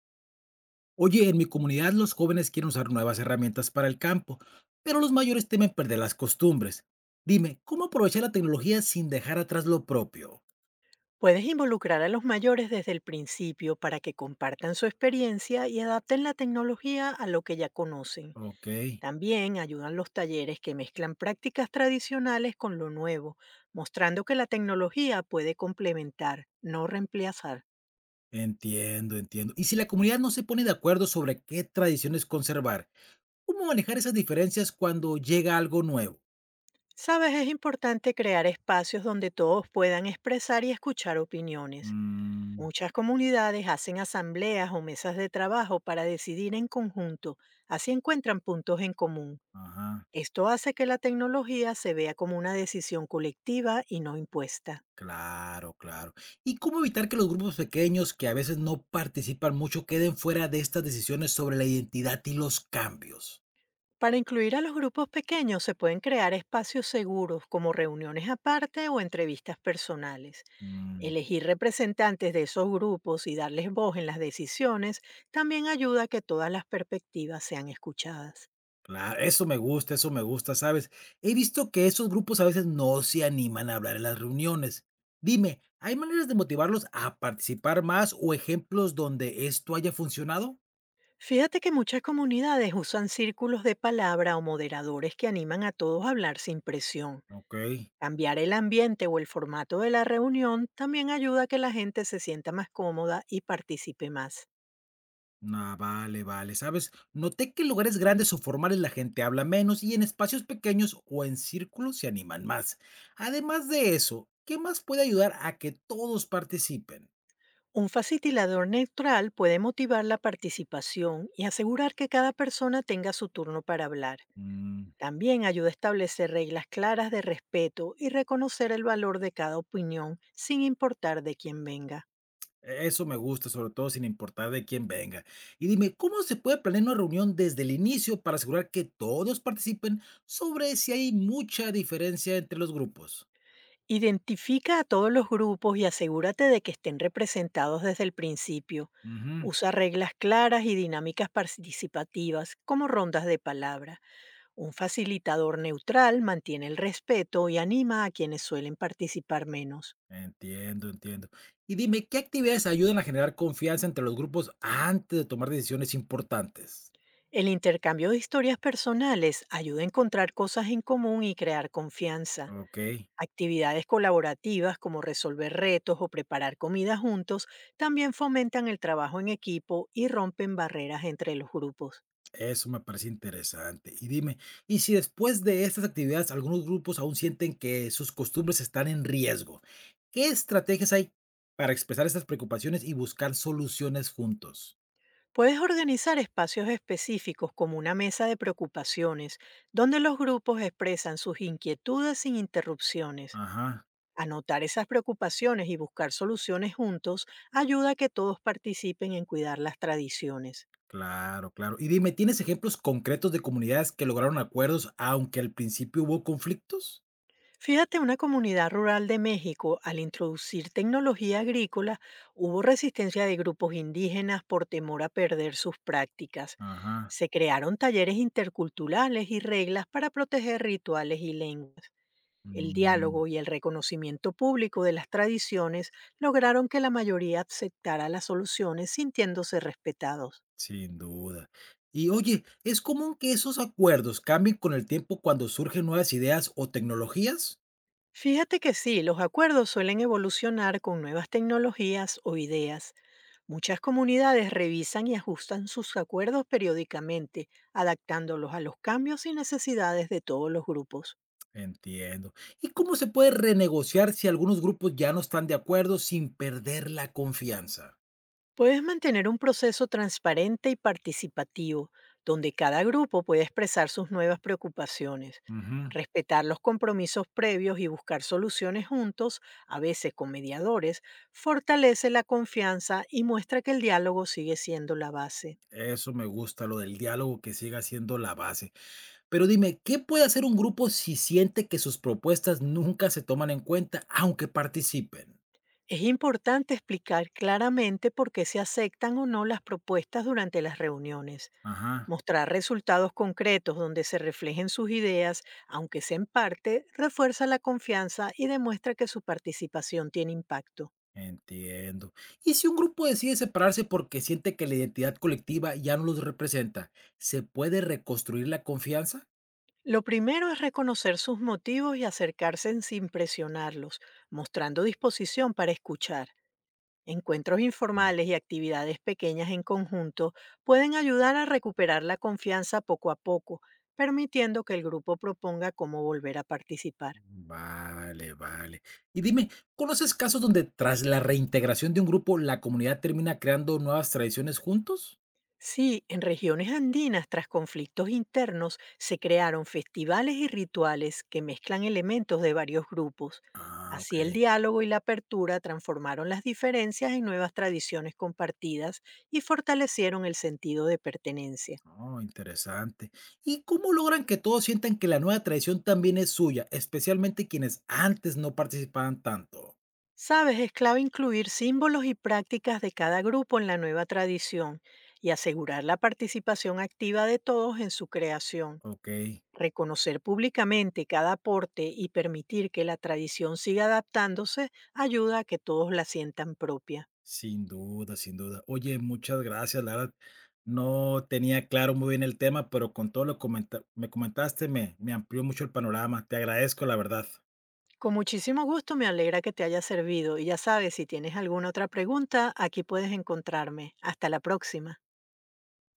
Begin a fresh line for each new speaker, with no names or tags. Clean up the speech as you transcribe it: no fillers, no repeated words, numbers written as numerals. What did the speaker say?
Oye, en mi comunidad los jóvenes quieren usar nuevas herramientas para el campo, pero los mayores temen perder las costumbres. Dime, ¿cómo aprovechar la tecnología sin dejar atrás lo propio?
Puedes involucrar a los mayores desde el principio para que compartan su experiencia y adapten la tecnología a lo que ya conocen.
Ok,
También ayudan los talleres que mezclan prácticas tradicionales con lo nuevo, mostrando que la tecnología puede complementar, no reemplazar.
entiendo, entiendo. Y si la comunidad no se pone de acuerdo sobre qué tradiciones conservar, ¿cómo manejar esas diferencias cuando llega algo nuevo?
Sabes, es importante crear espacios donde todos puedan expresar y escuchar opiniones.
Mm,
Muchas comunidades hacen asambleas o mesas de trabajo para decidir en conjunto, así encuentran puntos en común.
ajá,
Esto hace que la tecnología se vea como una decisión colectiva y no impuesta.
claro, claro. ¿Y cómo evitar que los grupos pequeños que a veces no participan mucho queden fuera de estas decisiones sobre la identidad y los cambios?
Para incluir a los grupos pequeños se pueden crear espacios seguros como reuniones aparte o entrevistas personales.
Mm.
Elegir representantes de esos grupos y darles voz en las decisiones también ayuda a que todas las perspectivas sean escuchadas.
Claro, eso me gusta, ¿sabes? He visto que esos grupos a veces no se animan a hablar en las reuniones. Dime, ¿hay maneras de motivarlos a participar más o ejemplos donde esto haya funcionado?
Fíjate que muchas comunidades usan círculos de palabra o moderadores que animan a todos a hablar sin presión.
Ok,
Cambiar el ambiente o el formato de la reunión también ayuda a que la gente se sienta más cómoda y participe más.
nah, vale, vale, ¿sabes? Noté que en lugares grandes o formales la gente habla menos y en espacios pequeños o en círculos se animan más. Además de eso, ¿qué más puede ayudar a que todos participen?
Un facilitador neutral puede motivar la participación y asegurar que cada persona tenga su turno para hablar.
Mm.
También ayuda a establecer reglas claras de respeto y reconocer el valor de cada opinión sin importar de quién venga.
Eso me gusta, sobre todo sin importar de quién venga. Y dime, ¿cómo se puede planear una reunión desde el inicio para asegurar que todos participen sobre si hay mucha diferencia entre los grupos?
Identifica a todos los grupos y asegúrate de que estén representados desde el principio.
Ujú,
Usa reglas claras y dinámicas participativas, como rondas de palabra. Un facilitador neutral mantiene el respeto y anima a quienes suelen participar menos.
entiendo, entiendo. Y dime, ¿qué actividades ayudan a generar confianza entre los grupos antes de tomar decisiones importantes?
El intercambio de historias personales ayuda a encontrar cosas en común y crear confianza.
Ok.
Actividades colaborativas como resolver retos o preparar comida juntos también fomentan el trabajo en equipo y rompen barreras entre los grupos.
Eso me parece interesante. Y dime, ¿y si después de estas actividades algunos grupos aún sienten que sus costumbres están en riesgo? ¿Qué estrategias hay para expresar estas preocupaciones y buscar soluciones juntos?
Puedes organizar espacios específicos como una mesa de preocupaciones, donde los grupos expresan sus inquietudes sin interrupciones.
Ajá,
Anotar esas preocupaciones y buscar soluciones juntos ayuda a que todos participen en cuidar las tradiciones.
claro, claro. Y dime, ¿tienes ejemplos concretos de comunidades que lograron acuerdos aunque al principio hubo conflictos?
Fíjate, una comunidad rural de México, al introducir tecnología agrícola, hubo resistencia de grupos indígenas por temor a perder sus prácticas.
Ajá,
Se crearon talleres interculturales y reglas para proteger rituales y lenguas. El
mm,
diálogo y el reconocimiento público de las tradiciones lograron que la mayoría aceptara las soluciones sintiéndose respetados.
sin duda. Y oye, ¿es común que esos acuerdos cambien con el tiempo cuando surgen nuevas ideas o tecnologías?
Fíjate que sí, los acuerdos suelen evolucionar con nuevas tecnologías o ideas. Muchas comunidades revisan y ajustan sus acuerdos periódicamente, adaptándolos a los cambios y necesidades de todos los grupos.
Entiendo. ¿Y cómo se puede renegociar si algunos grupos ya no están de acuerdo sin perder la confianza?
Puedes mantener un proceso transparente y participativo, donde cada grupo puede expresar sus nuevas preocupaciones.
Ujú,
Respetar los compromisos previos y buscar soluciones juntos, a veces con mediadores, fortalece la confianza y muestra que el diálogo sigue siendo la base.
eso me gusta, lo del diálogo que siga siendo la base. Pero dime, ¿qué puede hacer un grupo si siente que sus propuestas nunca se toman en cuenta, aunque participen?
Es importante explicar claramente por qué se aceptan o no las propuestas durante las reuniones,
Ajá,
mostrar resultados concretos donde se reflejen sus ideas, aunque sea en parte, refuerza la confianza y demuestra que su participación tiene impacto.
entiendo. ¿Y si un grupo decide separarse porque siente que la identidad colectiva ya no los representa, ¿se puede reconstruir la confianza?
Lo primero es reconocer sus motivos y acercarse sin presionarlos, mostrando disposición para escuchar. Encuentros informales y actividades pequeñas en conjunto pueden ayudar a recuperar la confianza poco a poco, permitiendo que el grupo proponga cómo volver a participar.
Vale, vale. Y dime, ¿conoces casos donde tras la reintegración de un grupo, la comunidad termina creando nuevas tradiciones juntos?
Sí, en regiones andinas tras conflictos internos se crearon festivales y rituales que mezclan elementos de varios grupos.
Ah, ok.
Así el diálogo y la apertura transformaron las diferencias en nuevas tradiciones compartidas y fortalecieron el sentido de pertenencia.
Oh, interesante. ¿Y cómo logran que todos sientan que la nueva tradición también es suya, especialmente quienes antes no participaban tanto?
Sabes, es clave incluir símbolos y prácticas de cada grupo en la nueva tradición y asegurar la participación activa de todos en su creación.
Ok,
Reconocer públicamente cada aporte y permitir que la tradición siga adaptándose ayuda a que todos la sientan propia.
sin duda, sin duda. Oye, muchas gracias, la verdad. No tenía claro muy bien el tema, pero con todo lo que me comentaste me amplió mucho el panorama. Te agradezco, la verdad.
Con muchísimo gusto, me alegra que te haya servido y ya sabes, si tienes alguna otra pregunta, aquí puedes encontrarme. Hasta la próxima.